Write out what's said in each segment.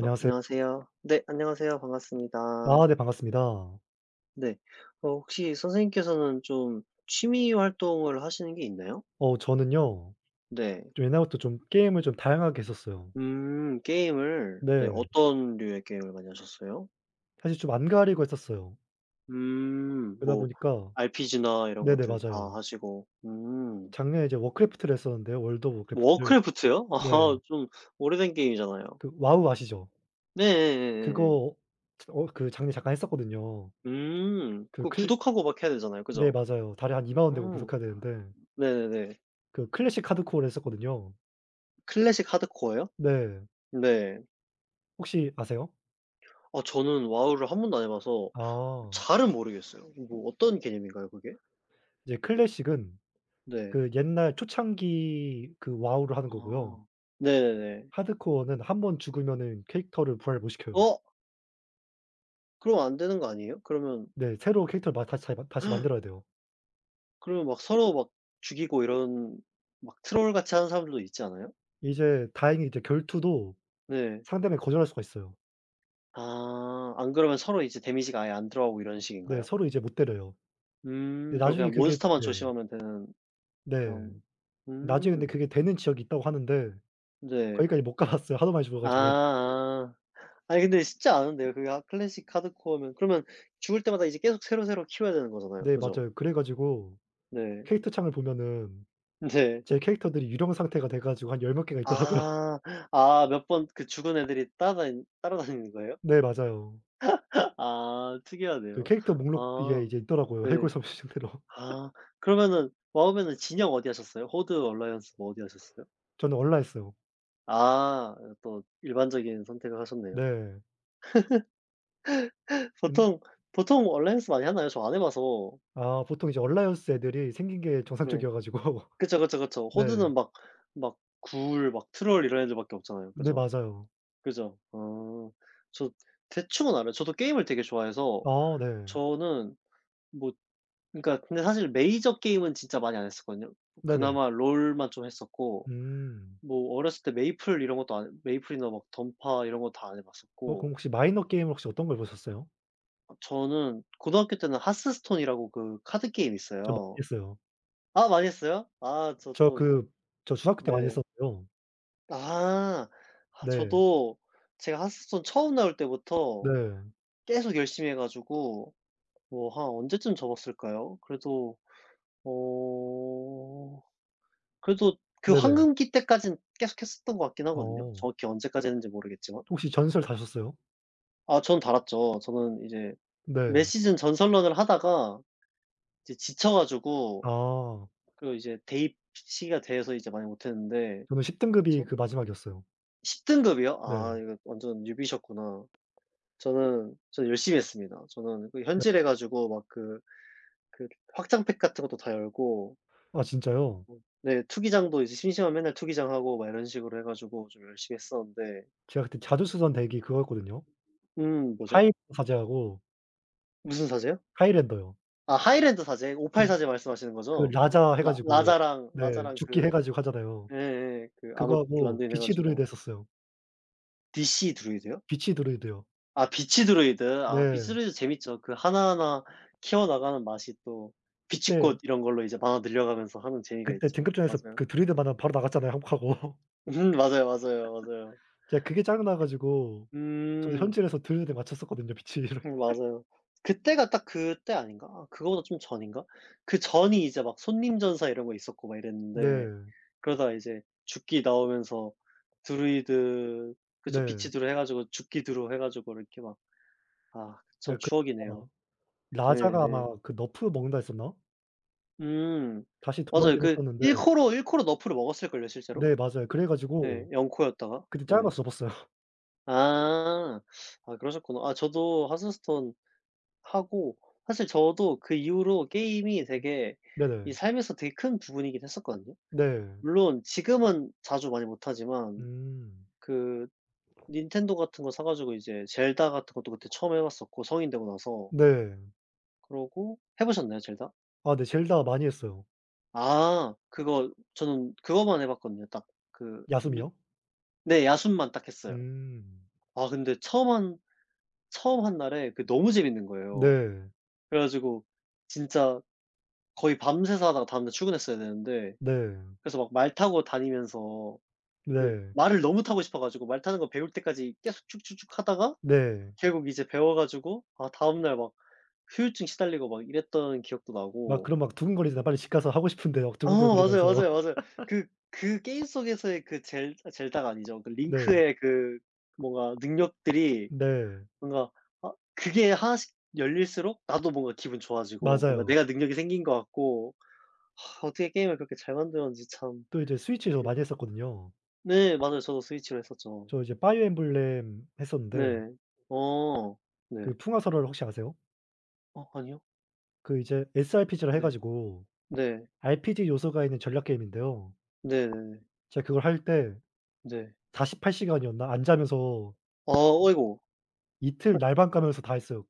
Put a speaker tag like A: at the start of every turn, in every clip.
A: 어, 안녕하세요. 네, 안녕하세요. 반갑습니다.
B: 아 네 반갑습니다.
A: 네. 어, 혹시 선생님께서는 좀 취미 활동을 하시는 게 있나요?
B: 어 저는요
A: 네.
B: 좀 옛날부터 좀 게임을 좀 다양하게 했었어요.
A: 음, 게임을. 네,
B: 네.
A: 어떤 류의 게임을 많이 하셨어요?
B: 사실 좀 안 가리고 했었어요.
A: 음,
B: 그러다
A: 뭐
B: 보니까
A: RPG나 이런
B: 네네
A: 것들 다
B: 맞아요.
A: 하시고. 음.
B: 작년에 이제 워크래프트를 했었는데요. 월드 오브 워크래프트를.
A: 워크래프트요? 아,
B: 네.
A: 좀 오래된 게임이잖아요.
B: 그 와우 아시죠?
A: 네네네, 네.
B: 그거 어 그 작년에 잠깐 했었거든요.
A: 음.
B: 그
A: 그
B: 클
A: 구독하고 막 해야 되잖아요, 그죠?
B: 네 맞아요. 달에 한2만 원 내고
A: 음.
B: 구독해야 되는데
A: 네네네.
B: 그 클래식 하드코어를 했었거든요.
A: 클래식 하드코어요?
B: 네.
A: 네.
B: 혹시 아세요?
A: 아, 저는 와우를 한 번도 안해 봐서
B: 아.
A: 잘은 모르겠어요. 뭐 어떤 개념인가요, 그게?
B: 이제 클래식은
A: 네.
B: 그 옛날 초창기 그 와우를 하는 거고요.
A: 아. 네네네.
B: 하드코어는 한번 죽으면은 캐릭터를 부활 못 시켜요.
A: "어, 그러면 안 되는 거 아니에요?" 그러면
B: 네. 새로 캐릭터를 마 다시 잘 다시 만들어야 돼요.
A: 그러면 막 서로 막 죽이고 이런, 막 트롤같이 하는 사람들도 있지 않아요?
B: 이제 다행히 이제 결투도
A: 네.
B: 상대방이 거절할 수가 있어요.
A: 아, 안 그러면 서로 이제 데미지가 아예 안 들어가고 이런
B: 네.
A: 식인가요?
B: 서로 이제 못 때려요.
A: 음,
B: 근데
A: 그럼
B: 나중에
A: 그냥
B: 그게
A: 몬스터만
B: 네.
A: 조심하면 되는
B: 네.
A: 그런.
B: 나중에 근데
A: 음.
B: 그게 되는 지역이 있다고 하는데
A: 네.
B: 거기까지 못 가 봤어요. 하도 많이 죽어 가지고.
A: 아아. 아니, 근데 쉽지 않은데요. 그 하 클래식 하드코어면 그러면 죽을 때마다 이제 계속 새로새로 키워야 되는 거잖아요,
B: 네.
A: 그죠?
B: 맞아요. 그래 가지고
A: 네.
B: 캐릭터 창을 보면은
A: 네.
B: 제 캐릭터들이 유령 상태가 돼 가지고 한 열 몇 개가 있더라고요.
A: 아. 아, 몇 번 그 죽은 애들이 따라다니는 거예요?
B: 네. 맞아요.
A: 아,
B: 그
A: 특이하네요.
B: 캐릭터 목록 이게
A: 아.
B: 이제 있더라고요, 해골
A: 네.
B: 섬유 상태로.
A: 아, 그러면은 와우면은 진영 어디 하셨어요? 호드, 얼라이언스 뭐 어디 하셨어요?
B: 저는 얼라했어요.
A: 아, 또 일반적인 선택을 하셨네요.
B: 네. 근
A: 보통 보통 얼라이언스 많이 하나요? 저 안 해 봐서.
B: 아 보통 이제 얼라이언스 애들이 생긴 게
A: 네.
B: 정상적이어 가지고
A: 그쵸, 그쵸, 그쵸.
B: 네.
A: 호드는 막 막 굴, 막 트롤 이런 애들 밖에 없잖아요,
B: 네
A: 그죠?
B: 맞아요.
A: 그죠? 어. 저 대충은 알아요. 저도 게임을 되게 좋아해서.
B: 아 네.
A: 저는, 뭐, 그러니까 근데 사실 메이저 게임은 진짜 많이 안 했었거든요.
B: 네네.
A: 그나마 롤만 좀 했었고,
B: 음.
A: 뭐 어렸을 때 메이플 이런 것도 안, 메이플이나 막 던파 이런 거 다 안 해
B: 어 그럼
A: 봤었고.
B: 혹시 마이너 게임은 혹시 어떤 걸 보셨어요?
A: 저는 고등학교 때는 하스스톤이라고, 그 카드 게임
B: 저 많이
A: 있어요.
B: 했어요.
A: 아, 많이 했어요? 아, 저
B: 저
A: 또.
B: 그 저 중학교 때 많이
A: 네.
B: 했었고요.
A: 아. 아
B: 네.
A: 저도 제가 하스스톤 처음 나올 때부터
B: 네.
A: 계속 열심히 해 가지고, 뭐 한 언제쯤 접었을까요? 그래도. 어 그래도 그
B: 네네.
A: 황금기 때까진 계속 했었던 것 같긴 하거든요.
B: 어.
A: 정확히 언제까지 했는지 모르겠지만.
B: 혹시 전설 다셨어요?
A: 아, 전 달았죠. 저는 이제 매
B: 네.
A: 시즌 전설런을 하다가 이제 지쳐 가지고
B: 아.
A: 그 이제 대입 시기가 돼서 이제 많이 못 했는데.
B: 저는 10 등급이
A: 전
B: 그 마지막이었어요.
A: 10 등급이요?
B: 네.
A: 아, 이거 완전 뉴비셨구나. 저는 열심히 했습니다. 저는 그
B: 네.
A: 현질해 가지고 막 그 그 확장팩 같은 것도 다 열고,
B: 아 진짜요?
A: 뭐 네 투기장도 이제 심심하면 맨날 투기장하고 막 이런 식으로 해 가지고 좀 열심히 했었는데.
B: 제가 그때 자주 쓰던 덱이 그거였거든요.
A: 음, 뭐죠?
B: 하이브 사제하고
A: 무슨 사제요?
B: 하이랜더요.
A: 아, 하이랜드 사제, 오팔
B: 그
A: 사제 말씀하시는
B: 그
A: 거죠?
B: 라자 해
A: 라
B: 가지고
A: 라자랑
B: 네
A: 라자랑
B: 죽기 해
A: 그.
B: 가지고 하잖아요.
A: 예예, 그 암흑
B: 그거하고
A: 런드인 해
B: 비치 드루이드
A: 가지고.
B: 했었어요.
A: DC 드루이드요?
B: 비치 드루이드요.
A: 아, 비치 드루이드. 아, 비치
B: 네.
A: 드루이드 재밌죠. 그 하나하나 키워나가는 맛이 또,
B: 그때
A: 비치꽃 이런 걸로 이제 만화 늘려가면서 하는 재미가
B: 그때
A: 있죠.
B: 등급전에서
A: 맞아요.
B: 그 드루이드 만나면 바로 나갔잖아요, 한국하고.
A: 음, 맞아요, 맞아요, 맞아요.
B: 제가 그게 짜증나 가지고 저도
A: 음.
B: 현질해서 드루이드에 맞췄었거든요, 비치를.
A: 음, 맞아요. 그때가 딱 그때 아닌가? 아, 그거보다 좀 전인가? 그 전이 이제 막 손님 전사 이런 거 있었고 막 이랬는데
B: 네.
A: 그러다가 이제 죽기 나오면서 드루이드. 그쵸.
B: 네.
A: 빛이 드루 해 가지고 죽기 드루 해 가지고 이렇게 막. 아
B: 제가
A: 참, 추억이네요.
B: 그러다가 라자가
A: 예예.
B: 아마 그 너프 먹는다 했었나?
A: 음.
B: 다시
A: 맞아요.
B: 돌아오긴
A: 그
B: 했었는데
A: 1 코로 1 코로 너프를 먹었을걸요, 실제로?
B: 네 맞아요. 그래
A: 예.
B: 가지고
A: 0 코였다가.
B: 그때 짜증
A: 예.
B: 나서 접었어요.
A: 아. 아, 그러셨구나. 아, 저도 하스스톤 하고. 사실 저도 그 이후로 게임이 되게 이
B: 네네.
A: 삶에서 되게 큰 부분이긴 했었거든요.
B: 네.
A: 물론 지금은 자주 많이 못 하지만
B: 음.
A: 그 닌텐도 같은 거 사 가지고 이제 젤다 같은 것도 그때 처음 해 봤었고, 성인 되고 나서.
B: 네.
A: 그러고 해 보셨나요, 젤다?
B: 아 네 젤다 많이 했어요.
A: 아, 그거 저는 그거만 해 봤거든요. 딱 그 누
B: 야숨이요?
A: 네 야숨만 딱 했어요.
B: 음.
A: 아, 근데 처음 한 날에 그게 너무 재밌는 거예요.
B: 네.
A: 그래 가지고 진짜 거의 밤새서 하다가 다음날 출근했어야 되는데,
B: 네.
A: 그래서 막 말 타고 다니면서, 그
B: 네.
A: 말을 너무 타고 싶어 가지고 말 타는 거 배울 때까지 계속 쭉쭉쭉 하다가
B: 네.
A: 결국 이제 배워 가지고, 아 다음 날 막 후유증 시달리고 막 이랬던 기억도
B: 막
A: 나고.
B: 그럼 막 두근거리잖아 빨리 집 가서 하고 싶은데 막
A: 아, 맞아요,
B: 두근두근거리면서.
A: 맞아요, 맞아요. 그 게임 속에서의 그 젤, 아 젤다가 아니죠. 그
B: 네.
A: 링크의 그 뭔가 능력들이,
B: 네.
A: 뭔가, 아 그게 하나씩 열릴수록 나도 뭔가 기분 좋아지고, 뭔가
B: 맞아요.
A: 내가 능력이 생긴 것 같고. 아, 어떻게 게임을 그렇게 잘 만드는지 참.
B: 또 이제 스위치 저 많이
A: 그
B: 했었거든요.
A: 네, 맞아요. 저도 스위치로 했었죠.
B: 저 이제 파이어 엠블렘 했었는데
A: 네. 어. 네.
B: 그 풍화설화를 혹시 아세요?
A: 어, 아니요.
B: 그 이제 srpg라 해
A: 네.
B: 가지고
A: 네.
B: RPG 요소가 있는 전략 게임인데요.
A: 네네네.
B: 제가 그걸 할 때
A: 네.
B: 48 시간이었나 안 자면서
A: 아, 어이고.
B: 이틀 날밤 까면서 다 했어요.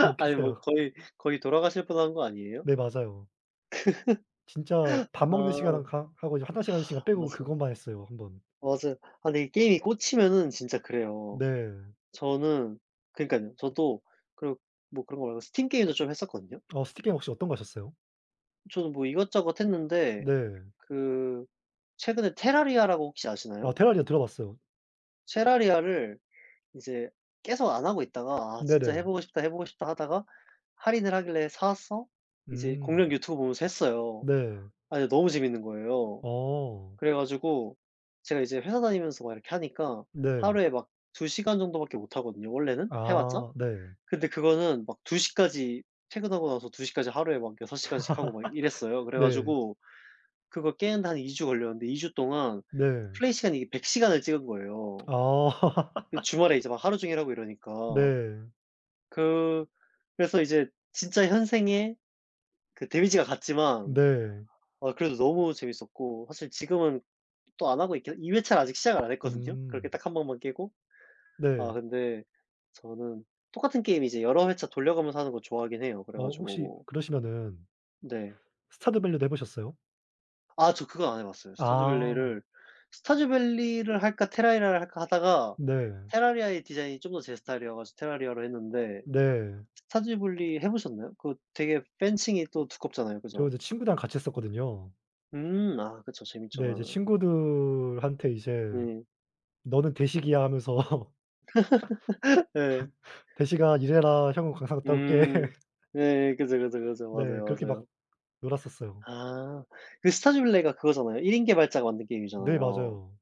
B: 뭐
A: 아니 뭐
B: 했어요.
A: 거의, 거의 돌아가실 뻔한 거 아니에요?
B: 네 맞아요. 진짜 밥 먹는 시간
A: 아,
B: 하 하고 이제 1 시간, 1 시간 빼고
A: 맞아요.
B: 그것만 했어요 한 번.
A: 맞아요. 아 근데 이 게임이 꽂히면은 진짜 그래요.
B: 네.
A: 저는 그니깐요. 저도. 그리고 뭐 그런 거 말고 스팀 게임도 좀 했었거든요.
B: 어 스틱 게임 혹시 어떤 거 하셨어요?
A: 저는 뭐 이것저것 했는데
B: 네.
A: 그 최근에 테라리아라고 혹시
B: 아
A: 아시나요?
B: 테라리아 들어봤어요.
A: 테라리아를 이제 계속 안 하고 있다가 '아, 진짜 해
B: 네네.
A: 보고 싶다, 해 보고 싶다.' 하다가 할인을 하길래 사서 이제 공
B: 음.
A: 룡 유튜브 보면서 했어요.
B: 네.
A: 아, 근데 너무 재밌는 거예요.
B: 어.
A: 그래 가지고 제가 이제 회사 다니면서 막 이렇게 하니까
B: 네.
A: 하루에 막 2 시간 정도밖에 못 하거든요, 원래는, 해 봤자.
B: 아 네.
A: 근데 그거는 막 2 시까지, 퇴근하고 나서 2 시까지 하루에 막 6 시간씩 하고 막 이랬어요. 그래
B: 네.
A: 가지고 그거 깨는데 한 2 주 걸렸는데, 2 주 동안
B: 네.
A: 플레이 시간이 이게 100 시간을 찍은 거예요.
B: 아.
A: 그 주말에 이제 막 하루 종일 하고 이러니까.
B: 네.
A: 그 그래서 이제 진짜 현생에 그 데미지가 갔지만
B: 네.
A: 아 그래도 너무 재밌었고, 사실 지금은 또 안 하고 있긴, 2 회차를 아직 시작을 안 했거든요. 그렇게
B: 음.
A: 딱 한 번만 깨고. 아,
B: 네.
A: 근데 저는 똑같은 게임 이제 여러 회차 돌려가면서 하는 거 좋아하긴 해요. 그래
B: 어
A: 가지고
B: 혹시
A: 뭐.
B: 그러시면은
A: 네.
B: 스타드 밸리도 해 보셨어요?
A: 아, 저 그건 안 해 봤어요. 스타듀
B: 아.
A: 밸리를. 스타듀 밸리를 할까 테라리아를 할까 하다가
B: 네.
A: 테라리아의 디자인이 좀 더 제 스타일이어 가지고 테라리아로 했는데.
B: 네.
A: 스타듀 밸리 해 보셨나요? 그거 되게 펜칭이 또 두껍잖아요,
B: 저
A: 그죠?
B: 이제 친구들이랑 같이 했었거든요.
A: 음. 아, 그쵸. 재밌죠
B: 네 이제
A: 그러면.
B: 친구들한테 이제
A: 네.
B: "너는 대식이야." 하면서
A: 예.
B: "대식아 일해라. 형은 광산 갔다 올게."
A: 음. 네. 그죠, 그죠, 그죠.
B: 네.
A: 맞아요,
B: 그렇게 막
A: 맞아요.
B: 놀았었어요.
A: 아. 그 스타듀레이가 그거잖아요. 1 인 개발자가 만든
B: 네
A: 게임이잖아요.
B: 맞아요.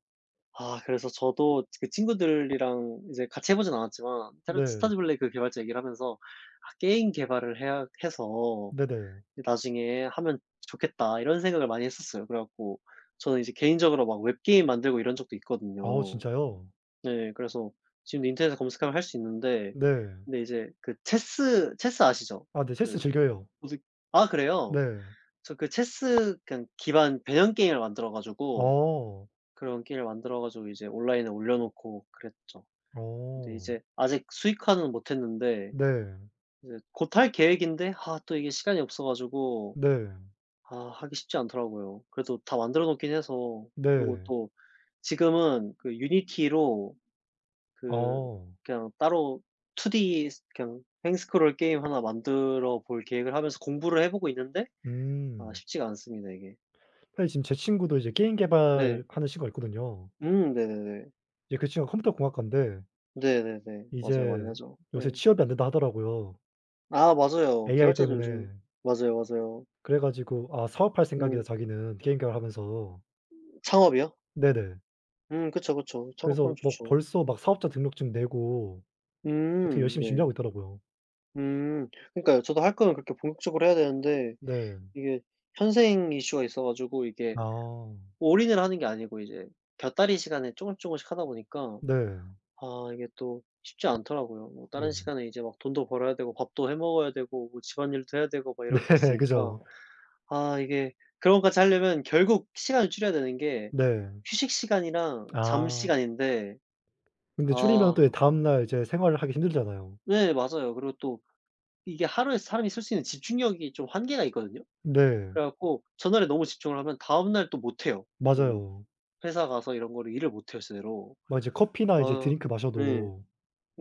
A: 아, 그래서 저도 그 친구들이랑 이제 같이 해 보진 않았지만 스타듀
B: 네.
A: 스타듀밸리 그 개발자 얘기를 하면서 '아 게임 개발을 해야 해서
B: 네네.
A: 나중에 하면 좋겠다.' 이런 생각을 많이 했었어요. 그래 갖고 저는 이제 개인적으로 막 웹게임 만들고 이런 적도
B: 아
A: 있거든요.
B: 진짜요?
A: 네. 그래서 지금도 인터넷에 검색하면 할 수 있는데,
B: 네.
A: 근데 이제 그 체스 아시죠?
B: 아 네. 첼스
A: 그
B: 즐겨요.
A: 무슨, 아 그래요?
B: 네.
A: 저 그 체스 그냥 기반 배년 게임을 만들어 가지고,
B: 어.
A: 그런 게임을 만들어 가지고 이제 온라인에 올려놓고 그랬죠. 근데
B: 어.
A: 이제 아직 수익화는 못 했는데
B: 네.
A: 이제 곧 할 계획인데, 아 또 이게 시간이 없어 가지고
B: 네.
A: 아 하기 쉽지 않더라고요. 그래도 다 만들어 놓긴 해서. 그리고
B: 네.
A: 또 지금은 그 유니티로 그
B: 어.
A: 그냥 따로 2D 그냥 횡스크롤 게임 하나 만들어 볼 계획을 하면서 공부를 해 보고 있는데 아,
B: 음.
A: 쉽지가 않습니다 이게.
B: 사실 지금 제 친구도 이제 게임
A: 네.
B: 개발하는 친구가 있거든요.
A: 네네네.
B: 이제 그 친구가 컴퓨터 공학과인데
A: 네네네. 맞아요. 많이
B: 이제
A: 하죠.
B: 요새
A: 네.
B: 취업이 안 된다 하더라고요
A: 아 맞아요,
B: AI
A: 개발자들
B: 때문에.
A: 요즘. 맞아요, 맞아요.
B: 그래 가지고 아 사업할 생각이다
A: 음.
B: 자기는 게임 개발하면서.
A: 창업이요?
B: 네네.
A: 그쵸, 그쵸.
B: 그래서
A: 창업하면
B: 막
A: 좋죠.
B: 벌써 막 사업자 등록증 내고 어떻게 열심히
A: 네.
B: 준비하고 있더라고요.
A: 그러니까요. 저도 할 거면 그렇게 본격적으로 해야 되는데
B: 네.
A: 이게 현생 이슈가 있어 가지고 이게
B: 아.
A: 올인을 하는 게 아니고 이제 곁다리 시간에 쪼금씩 쪼금씩 하다 보니까
B: 네.
A: 아 이게 또 쉽지 않더라고요. 뭐 다른
B: 네.
A: 시간에 이제 막 돈도 벌어야 되고 밥도 해 먹어야 되고 뭐 집안일도 해야 되고 막
B: 네.
A: 이런 게 있으니까.
B: 그죠.
A: 아 이게 그런 것까지 하려면 결국 시간을 줄여야 되는 게
B: 네.
A: 휴식 시간이랑 잠
B: 아.
A: 시간인데.
B: 근데 줄이면
A: 아
B: 또 이 다음날 이제 생활을 하기 힘들잖아요.
A: 네 맞아요. 그리고 또 이게 하루에 사람이 쓸 수 있는 집중력이 좀 한계가 있거든요.
B: 네.
A: 그래 갖고 전날에 너무 집중을 하면 다음날 또 못 해요. 그
B: 맞아요.
A: 회사 가서 이런 거를 일을 못 해요, 제대로.
B: 막 이제 커피나 이제
A: 아
B: 드링크
A: 네.
B: 마셔도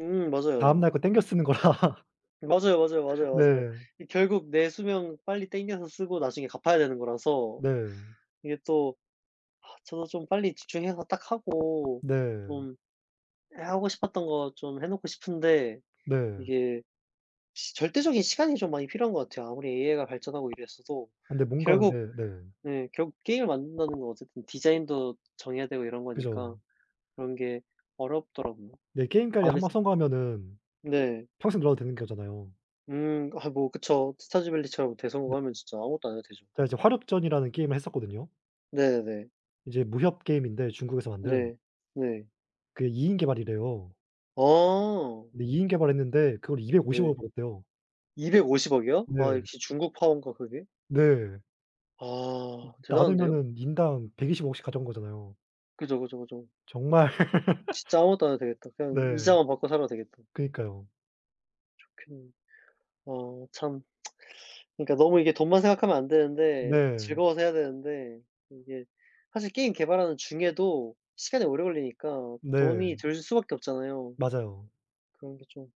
A: 맞아요.
B: 다음날 거 땡겨 쓰는 거라.
A: 맞아요, 맞아요, 맞아요, 맞아요.
B: 네.
A: 이 결국 내 수명 빨리 땡겨서 쓰고 나중에 갚아야 되는 거라서
B: 네.
A: 이게 또. 아 저도 좀 빨리 집중해서 딱 하고
B: 네.
A: 좀 하고 싶었던 거 좀 해 놓고 싶은데
B: 네.
A: 이게 시 절대적인 시간이 좀 많이 필요한 것 같아요. 아무리 AI가 발전하고 이랬어도
B: 근데 뭔가
A: 결국,
B: 근데 네.
A: 예 결국 게임을 만든다는 건 어쨌든 디자인도 정해야 되고 이런
B: 그죠.
A: 거니까 그런 게 어렵더라고요.
B: 네
A: 아
B: 게임까지 한
A: 근데
B: 번 성공하면은
A: 네.
B: 평생 놀아도 되는 거잖아요.
A: 음, 아 뭐 그쵸. 스타즈 밸리처럼
B: 근
A: 대성공하면 진짜 아무것도 안 해도 되죠.
B: 제가 이제 화력전이라는 게임을 했었거든요.
A: 네네네.
B: 이제 무협 게임인데 중국에서 만든
A: 네. 네.
B: 그게 2인 개발이래요.
A: 아
B: 근데 2 인 개발했는데 그걸 250 억을
A: 네.
B: 벌었대요.
A: 250 억이요? 아,
B: 네.
A: 역시 중국 파원가 그게?
B: 네.
A: 아 대단한데요?
B: 나누면은 인당 120 억씩 가져온 거잖아요.
A: 그죠, 그죠, 그죠.
B: 정말
A: 진짜 아무것도 안 해도 되겠다. 그냥
B: 네.
A: 이자만 받고 살아도 되겠다.
B: 그니까요.
A: 그 어 참, 그러니까 너무 이게 돈만 생각하면 안 되는데
B: 네.
A: 즐거워서 해야 되는데 이게 사실 게임 개발하는 중에도 시간이 오래 걸리니까
B: 네.
A: 돈이 들 수밖에 없잖아요.
B: 맞아요.
A: 그런 게 좀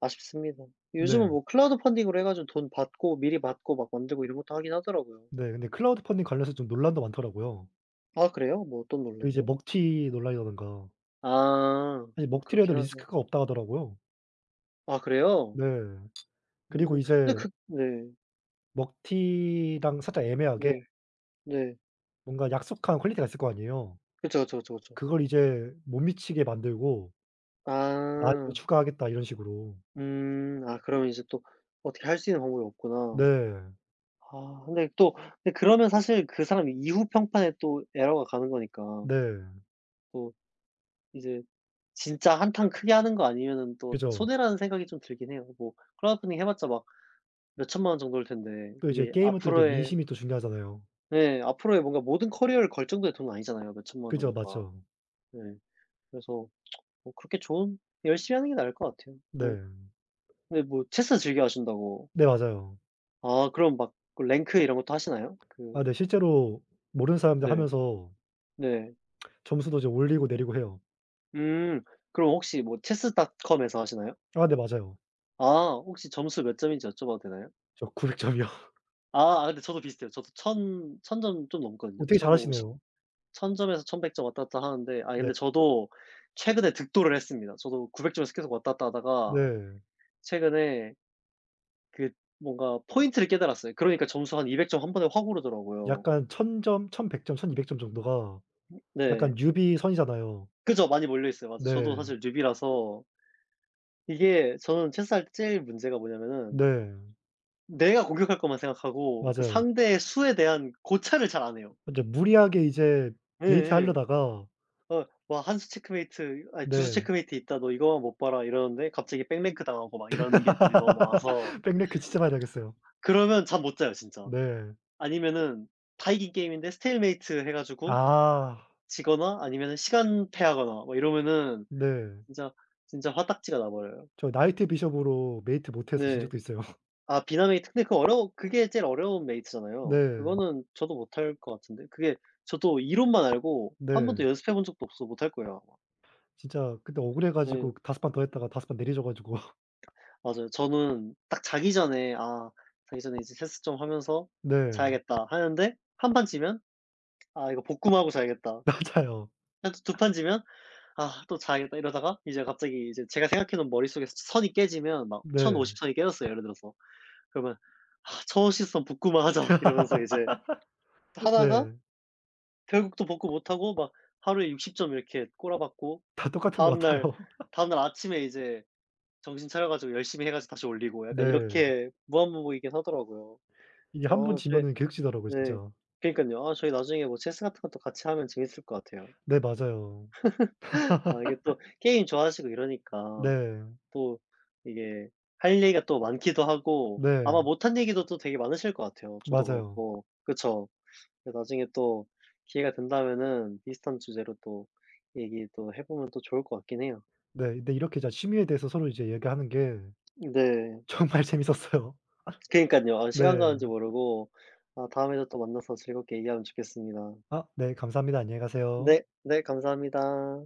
A: 아쉽습니다. 요즘은
B: 네.
A: 뭐 클라우드 펀딩으로 해 가지고 돈 받고 미리 받고 막 만들고 이런 것도 하긴 하더라고요.
B: 네. 근데 클라우드 펀딩 관련해서 좀 논란도 많더라고요.
A: 아 그래요? 뭐 어떤
B: 그 이제
A: 논란이요?
B: 먹튀 논란이라든가.
A: 아
B: 사실
A: 뭐
B: 먹튀를 해도
A: 그렇긴 하죠.
B: 리스크가 없다 하더라고요.
A: 아 그래요?
B: 네. 그리고
A: 근데
B: 이제
A: 그 네.
B: 먹튀랑 살짝 애매하게
A: 네. 네.
B: 뭔가 약속한 퀄리티가 있을 거 아니에요.
A: 그쵸, 그쵸, 그쵸, 그쵸.
B: 그걸 이제 못 미치게 만들고 "나중에
A: 아.
B: 추가하겠다." 이런 식으로.
A: 음. 아 그러면 이제 또 어떻게 할 수 있는 방법이 없구나.
B: 네.
A: 아 근데 또 근데 그러면 사실 그 사람 이후 평판에 또 에러가 가는 거니까
B: 네.
A: 또 이제 진짜 한탕 크게 하는 거 아니면은 또
B: 그죠.
A: 손해라는 생각이 좀 들긴 해요. 뭐 크라우드펀딩 해 봤자 막 몇 천만 원 정도일 텐데
B: 또 이제
A: 그게
B: 게임은 또 이제
A: 앞으로의,
B: 민심이 또 중요하잖아요.
A: 네 앞으로의 뭔가 모든 커리어를 걸 정도의 돈은 아니잖아요, 몇 천만 원
B: 그죠.
A: 정도가.
B: 맞죠.
A: 네. 그래서 뭐 그렇게 좋은 열심히 하는 게 나을 것 같아요. 뭐
B: 네.
A: 근데 뭐 체스 즐겨 하신다고.
B: 네 맞아요.
A: 아, 그럼 막그 랭크 이런 것도 하시나요? 그
B: 아 네 실제로 모르는 사람들
A: 네.
B: 하면서
A: 네.
B: 점수도 이제 올리고 내리고 해요.
A: 음. 그럼 혹시 뭐 체스닷컴에서 하시나요?
B: 아 네 맞아요.
A: 아 혹시 점수 몇 점인지 여쭤봐도 되나요?
B: 저 900 점이요.
A: 아 아 근데 저도 비슷해요. 저도 1000 점 좀 넘거든요.
B: 어
A: 1 0
B: 되게
A: 십0
B: 잘하시네요.
A: 0 점에서 1100 점 왔다 갔다 하는데 아
B: 네.
A: 근데 저도 최근에 득도를 했습니다. 저도 900 점에서 계속 왔다 갔다 하다가
B: 네.
A: 최근에 그 뭔가 포인트를 깨달았어요. 그러니까 점수 한 200 점 한 번에 확 오르더라고요.
B: 약간 1000 점, 1100 점, 1200점 정도가 약간
A: 네.
B: 뉴비 선이잖아요.
A: 그죠, 많이 몰려 있어요. 맞아요. 저도
B: 네.
A: 사실 뉴비라서 이게. 저는 체스할 때 제일 문제가 뭐냐면은
B: 네.
A: 내가 공격할 것만 생각하고 그
B: 맞아요.
A: 상대의 수에 대한 고찰을 잘 안 해요.
B: 이제 무리하게 이제 웨이트
A: 예예.
B: 하려다가
A: 어, "와 한 수 체크메이트, 아니 두 수
B: 네.
A: 체크메이트 있다. 너 이거만 못 봐라." 이러는데 갑자기 백랭크 당하고 막 이런 것들이 너무 많아서
B: 백레그 진짜 많이 당했어요.
A: 그러면 잠 못 자요 진짜.
B: 네.
A: 아니면은 다 이긴 게임인데 스테일메이트 해 가지고
B: 아
A: 지거나 아니면은 시간 패하거나 막 이러면은
B: 네.
A: 진짜 진짜 화딱지가 나 버려요.
B: 저 나이트 비숍으로 메이트 못해서 진
A: 네.
B: 적도 있어요.
A: 아, 비나 메이트. 근데 그 어려워, 그게 제일 어려운 메이트잖아요.
B: 네.
A: 그거는 저도 못할 것 같은데. 그게 저도 이론만 알고 한
B: 네.
A: 번도 연습해 본 적도 없어 못할 거예요 아마.
B: 진짜 그때 억울해 가지고
A: 네.
B: 다섯 판 더 했다가 다섯 판 내리져 가지고
A: 맞아요. 저는 딱 자기 전에, '아 자기 전에 이제 세스 좀 하면서
B: 네.
A: 자야겠다.' 하는데 한 판 지면 '아 이거 복구하고 만 자야겠다.'
B: 맞아요.
A: 한 두 판 지면 '아 또 자야겠다.' 이러다가 이제 갑자기 이제 제가 생각해 놓은 머릿속에서 선이 깨지면 막
B: 네.
A: 1050 선이 깨졌어요 예를 들어서. 그러면 '아 1 0선 복구만 하자.' 이러면서 이제 하다가
B: 네.
A: 결국 또 복구 못하고 막 하루에 60 점 이렇게 꼬라박고
B: 다 똑같은 것
A: 다음날
B: 같아요.
A: 다음날 아침에 이제 정신 차려 가지고 열심히 해 가지고 다시 올리고 약간
B: 네.
A: 이렇게 무한반복이긴 하더라고요.
B: 이게 한 번
A: 어 저희
B: 지면은 계속 지더라고요
A: 네.
B: 진짜.
A: 그니깐요. 아 저희 나중에 뭐 체스 같은 것도 같이 하면 재밌을 것 같아요.
B: 네 맞아요.
A: 아 이게 또 게임 좋아하시고 이러니까
B: 네.
A: 또 이게 할 얘기가 또 많기도 하고 아마
B: 네.
A: 못한 얘기도 또 되게 많으실 것 같아요, 저도
B: 맞아요.
A: 그렇고, 그쵸? 근데 나중에 또 기회가 된다면은 비슷한 주제로 또 얘기 또 해 보면 또 좋을 것 같긴 해요.
B: 네. 근데 이렇게 이제 취미에 대해서 서로 이제 얘기하는 게
A: 네.
B: 정말 재밌었어요.
A: 그니깐요. 아 시간 가는 줄
B: 네.
A: 모르고. 아 다음에도 또 만나서 즐겁게 얘기하면 좋겠습니다.
B: 아 네 감사합니다. 안녕히 가세요.
A: 네. 네 감사합니다.